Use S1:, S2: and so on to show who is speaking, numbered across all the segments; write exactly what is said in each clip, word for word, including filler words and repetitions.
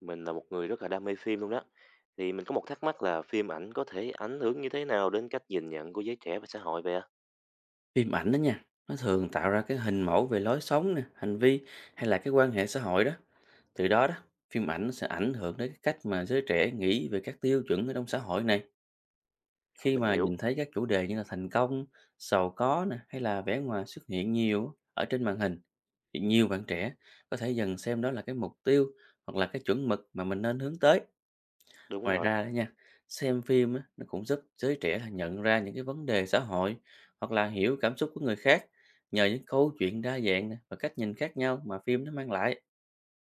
S1: Mình là một người rất là đam mê phim luôn đó. Thì mình có một thắc mắc là phim ảnh có thể ảnh hưởng như thế nào đến cách nhìn nhận của giới trẻ và xã hội vậy ạ?
S2: Phim ảnh đó nha, nó thường tạo ra cái hình mẫu về lối sống nè, hành vi hay là cái quan hệ xã hội đó. Từ đó đó, phim ảnh nó sẽ ảnh hưởng đến cái cách mà giới trẻ nghĩ về các tiêu chuẩn ở trong xã hội này. Khi
S1: Mình
S2: mà
S1: hiểu.
S2: nhìn thấy các chủ đề như là thành công, giàu có nè, hay là vẻ ngoài xuất hiện nhiều ở trên màn hình, thì nhiều bạn trẻ có thể dần xem đó là cái mục tiêu hoặc là cái chuẩn mực mà mình nên hướng tới.
S1: Đúng
S2: Ngoài
S1: rồi.
S2: ra đó nha, xem phim á, nó cũng giúp giới trẻ là nhận ra những cái vấn đề xã hội hoặc là hiểu cảm xúc của người khác nhờ những câu chuyện đa dạng nè và cách nhìn khác nhau mà phim nó mang lại.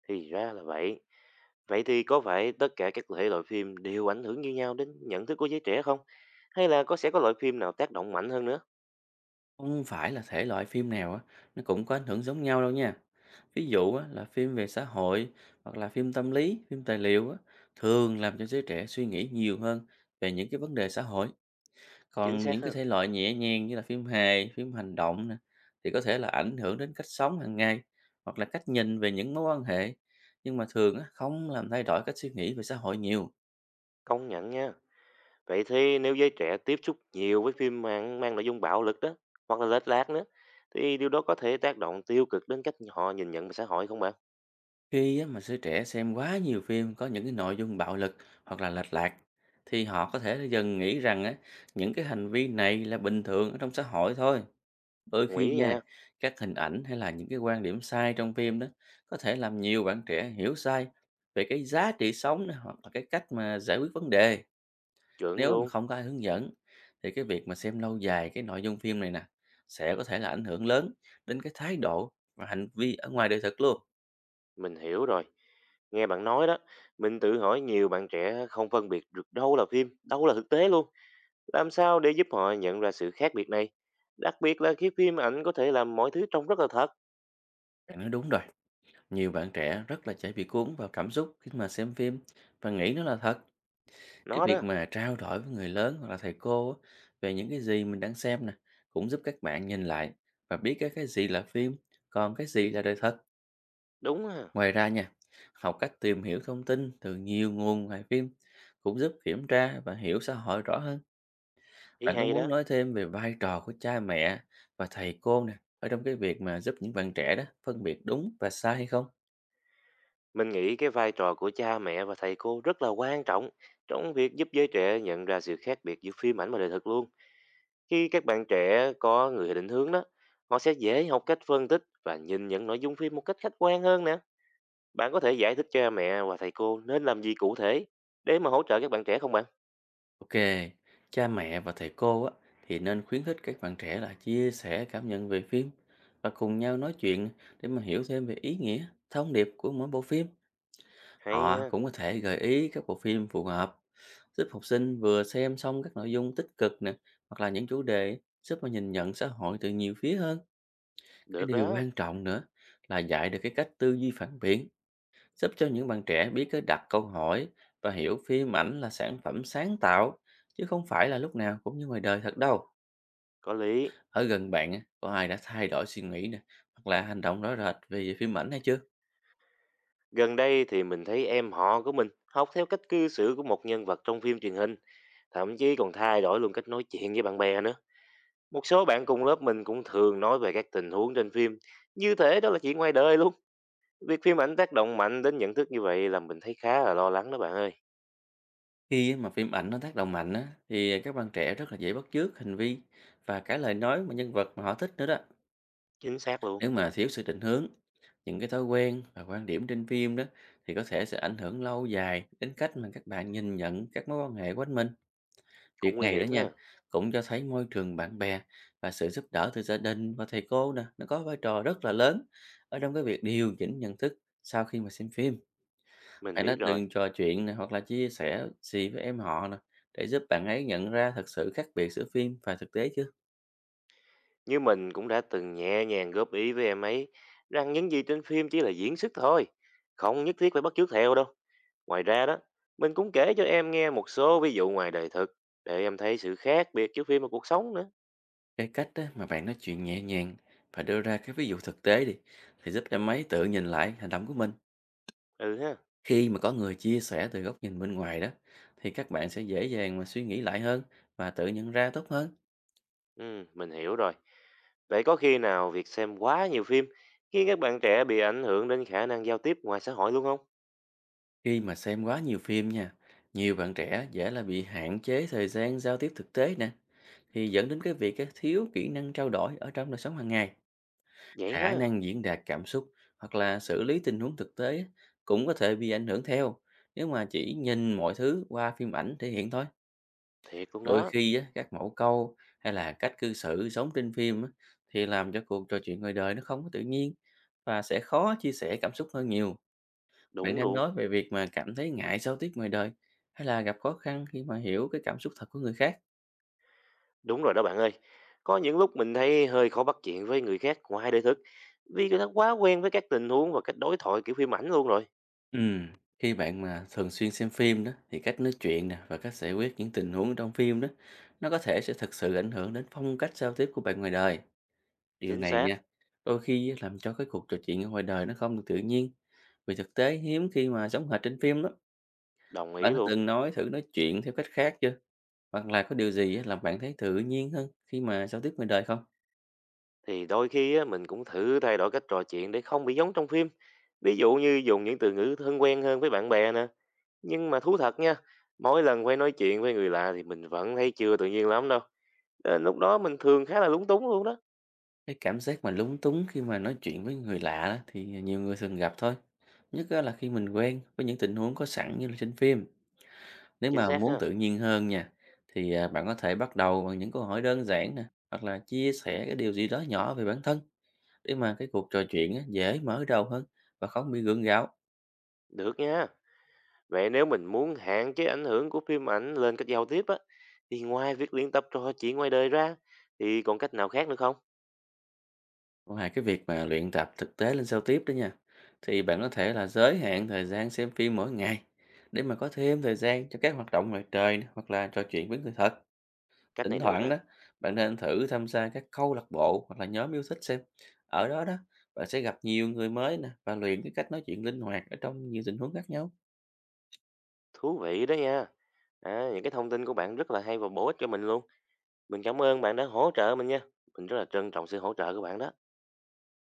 S1: Thì ra là vậy. Vậy thì có phải tất cả các thể loại phim đều ảnh hưởng như nhau đến nhận thức của giới trẻ không? Hay là có sẽ có loại phim nào tác động mạnh hơn nữa?
S2: Không phải là thể loại phim nào á, nó cũng có ảnh hưởng giống nhau đâu nha. Ví dụ á, là phim về xã hội hoặc là phim tâm lý, phim tài liệu á, thường làm cho giới trẻ suy nghĩ nhiều hơn về những cái vấn đề xã hội.
S1: Chính
S2: Còn
S1: xác
S2: những cái
S1: ha.
S2: thể loại nhẹ nhàng như là phim hài, phim hành động nè, thì có thể là ảnh hưởng đến cách sống hàng ngày hoặc là cách nhìn về những mối quan hệ, nhưng mà thường á, không làm thay đổi cách suy nghĩ về xã hội nhiều.
S1: Công nhận nha. Vậy thì nếu giới trẻ tiếp xúc nhiều với phim mang, mang nội dung bạo lực đó, hoặc là lệch lạc nữa, thì điều đó có thể tác động tiêu cực đến cách họ nhìn nhận xã hội không bạn?
S2: Khi á, mà giới trẻ xem quá nhiều phim có những cái nội dung bạo lực hoặc là lệch lạc, thì họ có thể là dần nghĩ rằng á, những cái hành vi này là bình thường ở trong xã hội thôi. Đôi
S1: Đồng
S2: khi
S1: ý
S2: nha,
S1: nha.
S2: các hình ảnh hay là những cái quan điểm sai trong phim đó có thể làm nhiều bạn trẻ hiểu sai về cái giá trị sống nè, hoặc là cái cách mà giải quyết vấn đề
S1: Chuẩn
S2: nếu mà
S1: luôn.
S2: không có ai hướng dẫn thì cái việc mà xem lâu dài cái nội dung phim này nè sẽ có thể là ảnh hưởng lớn đến cái thái độ và hành vi ở ngoài đời thực luôn.
S1: Mình hiểu rồi. Nghe bạn nói đó, mình tự hỏi nhiều bạn trẻ không phân biệt được đâu là phim, đâu là thực tế luôn. Làm sao để giúp họ nhận ra sự khác biệt này? Đặc biệt là khi phim ảnh có thể làm mọi thứ trông rất là thật.
S2: Bạn nói đúng rồi, nhiều bạn trẻ rất là dễ bị cuốn vào cảm xúc khi mà xem phim và nghĩ nó là thật. Cái
S1: Nó
S2: việc
S1: đó,
S2: mà trao đổi với người lớn hoặc là thầy cô á, về những cái gì mình đang xem nè cũng giúp các bạn nhìn lại và biết cái cái gì là phim, còn cái gì là đời thật.
S1: đúng à,
S2: Ngoài ra nha, học cách tìm hiểu thông tin từ nhiều nguồn ngoài phim cũng giúp kiểm tra và hiểu xã hội rõ hơn.
S1: ý
S2: Bạn có
S1: hay
S2: muốn
S1: đó.
S2: nói thêm về vai trò của cha mẹ và thầy cô nè ở trong cái việc mà giúp những bạn trẻ đó phân biệt đúng và sai hay không?
S1: Mình nghĩ cái vai trò của cha mẹ và thầy cô rất là quan trọng trong việc giúp giới trẻ nhận ra sự khác biệt giữa phim ảnh và đời thực luôn. Khi các bạn trẻ có người định hướng đó, họ sẽ dễ học cách phân tích và nhìn nhận nội dung phim một cách khách quan hơn nè. Bạn có thể giải thích cha mẹ và thầy cô nên làm gì cụ thể để mà hỗ trợ các bạn trẻ không bạn?
S2: Ok, cha mẹ và thầy cô á, thì nên khuyến khích các bạn trẻ là chia sẻ cảm nhận về phim và cùng nhau nói chuyện để mà hiểu thêm về ý nghĩa, thông điệp của mỗi bộ phim.
S1: Hay
S2: Họ
S1: nha,
S2: cũng có thể gợi ý các bộ phim phù hợp, giúp học sinh vừa xem xong các nội dung tích cực nè, hoặc là những chủ đề giúp mà nhìn nhận xã hội từ nhiều phía hơn. Cái
S1: được
S2: điều
S1: đó,
S2: quan trọng nữa là dạy được cái cách tư duy phản biện, giúp cho những bạn trẻ biết cách đặt câu hỏi và hiểu phim ảnh là sản phẩm sáng tạo chứ không phải là lúc nào cũng như ngoài đời thật đâu.
S1: có lý.
S2: Ở gần bạn á, có ai đã thay đổi suy nghĩ nè hoặc là hành động rõ rệt về phim ảnh hay chưa?
S1: Gần đây thì mình thấy em họ của mình học theo cách cư xử của một nhân vật trong phim truyền hình, thậm chí còn thay đổi luôn cách nói chuyện với bạn bè nữa. Một số bạn cùng lớp mình cũng thường nói về các tình huống trên phim, như thể đó là chuyện ngoài đời luôn. Việc phim ảnh tác động mạnh đến nhận thức như vậy làm mình thấy khá là lo lắng đó bạn ơi.
S2: Khi á mà phim ảnh nó tác động mạnh á, thì các bạn trẻ rất là dễ bắt chước hành vi và cả lời nói mà nhân vật mà họ thích nữa đó.
S1: Chính xác luôn,
S2: Nếu mà thiếu sự định hướng, những cái thói quen và quan điểm trên phim đó thì có thể sẽ ảnh hưởng lâu dài đến cách mà các bạn nhìn nhận các mối quan hệ quanh mình. Việc
S1: cũng nguy
S2: này đó
S1: hiểm
S2: nha,
S1: ha.
S2: cũng cho thấy môi trường bạn bè và sự giúp đỡ từ gia đình và thầy cô nè, nó có vai trò rất là lớn ở trong cái việc điều chỉnh nhận thức sau khi mà xem phim.
S1: Mình
S2: Bạn
S1: biết
S2: đã
S1: rồi.
S2: từng trò chuyện nè, hoặc là chia sẻ gì với em họ nè, để giúp bạn ấy nhận ra thật sự khác biệt giữa phim và thực tế chưa?
S1: Như mình cũng đã từng nhẹ nhàng góp ý với em ấy rằng những gì trên phim chỉ là diễn xuất thôi, không nhất thiết phải bắt chước theo đâu. Ngoài ra đó, mình cũng kể cho em nghe một số ví dụ ngoài đời thực để em thấy sự khác biệt giữa phim và cuộc sống nữa.
S2: Cái cách á, mà bạn nói chuyện nhẹ nhàng và đưa ra cái ví dụ thực tế đi, thì giúp em ấy tự nhìn lại hành động của mình.
S1: Ừ ha,
S2: Khi mà có người chia sẻ từ góc nhìn bên ngoài đó, thì các bạn sẽ dễ dàng mà suy nghĩ lại hơn và tự nhận ra tốt hơn.
S1: ừ, mình hiểu rồi. Vậy có khi nào việc xem quá nhiều phim khiến các bạn trẻ bị ảnh hưởng đến khả năng giao tiếp ngoài xã hội luôn không?
S2: Khi mà xem quá nhiều phim nha, nhiều bạn trẻ dễ là bị hạn chế thời gian giao tiếp thực tế nè, thì dẫn đến cái việc á, thiếu kỹ năng trao đổi ở trong đời sống hàng ngày.
S1: Vậy
S2: Khả
S1: ha,
S2: năng diễn đạt cảm xúc hoặc là xử lý tình huống thực tế á, cũng có thể bị ảnh hưởng theo nếu mà chỉ nhìn mọi thứ qua phim ảnh thể hiện thôi.
S1: thiệt luôn
S2: Đôi
S1: đó,
S2: khi á, các mẫu câu hay là cách cư xử sống trên phim á, thì làm cho cuộc trò chuyện ngoài đời nó không có tự nhiên và sẽ khó chia sẻ cảm xúc hơn nhiều. Bạn
S1: đúng
S2: đang
S1: luôn.
S2: nói về việc mà cảm thấy ngại giao tiếp ngoài đời, hay là gặp khó khăn khi mà hiểu cái cảm xúc thật của người khác?
S1: Đúng rồi đó bạn ơi. Có những lúc mình thấy hơi khó bắt chuyện với người khác ngoài đời thực vì người ta quá quen với các tình huống và cách đối thoại kiểu phim ảnh luôn rồi.
S2: Ừm, Khi bạn mà thường xuyên xem phim đó, thì cách nói chuyện nè và cách giải quyết những tình huống trong phim đó, nó có thể sẽ thực sự ảnh hưởng đến phong cách giao tiếp của bạn ngoài đời. Điều
S1: Chính
S2: này
S1: xác,
S2: nha, đôi khi á, làm cho cái cuộc trò chuyện ở ngoài đời nó không được tự nhiên, vì thực tế hiếm khi mà giống hệt trên phim đó.
S1: đồng
S2: Bạn
S1: ý
S2: đã
S1: luôn.
S2: từng nói thử nói chuyện theo cách khác chưa? Hoặc là có điều gì á làm bạn thấy tự nhiên hơn khi mà giao tiếp ngoài đời không?
S1: Thì đôi khi á, mình cũng thử thay đổi cách trò chuyện để không bị giống trong phim. Ví dụ như dùng những từ ngữ thân quen hơn với bạn bè nè. Nhưng mà thú thật nha, mỗi lần quay nói chuyện với người lạ thì mình vẫn thấy chưa tự nhiên lắm đâu. Đến lúc đó mình thường khá là lúng túng luôn đó.
S2: Cái cảm giác mà lúng túng khi mà nói chuyện với người lạ đó, thì nhiều người thường gặp thôi. Nhất á là khi mình quen với những tình huống có sẵn như là trên phim. Nếu
S1: Chính
S2: mà
S1: xác
S2: muốn
S1: ha.
S2: tự nhiên hơn nha, thì à, bạn có thể bắt đầu bằng những câu hỏi đơn giản nè, hoặc là chia sẻ cái điều gì đó nhỏ về bản thân để mà cái cuộc trò chuyện á, dễ mở đầu hơn và không bị gượng gạo.
S1: Được nha. Vậy nếu mình muốn hạn chế ảnh hưởng của phim ảnh lên cách giao tiếp á, thì ngoài việc luyện tập trò chuyện ngoài đời ra, thì còn cách nào khác nữa không?
S2: Ngoài cái việc mà luyện tập thực tế lên giao tiếp đó nha, thì bạn có thể là giới hạn thời gian xem phim mỗi ngày để mà có thêm thời gian cho các hoạt động ngoài trời nè, hoặc là trò chuyện với người thật.
S1: Cách
S2: Thỉnh
S1: này được
S2: thoảng
S1: nè,
S2: đó, bạn nên thử tham gia các câu lạc bộ hoặc là nhóm yêu thích xem. Ở đó đó, bạn sẽ gặp nhiều người mới nè và luyện cái cách nói chuyện linh hoạt ở trong nhiều tình huống khác nhau.
S1: thú vị đó nha. À, những cái thông tin của bạn rất là hay và bổ ích cho mình luôn. Mình cảm ơn bạn đã hỗ trợ mình nha. Mình rất là trân trọng sự hỗ trợ của bạn đó.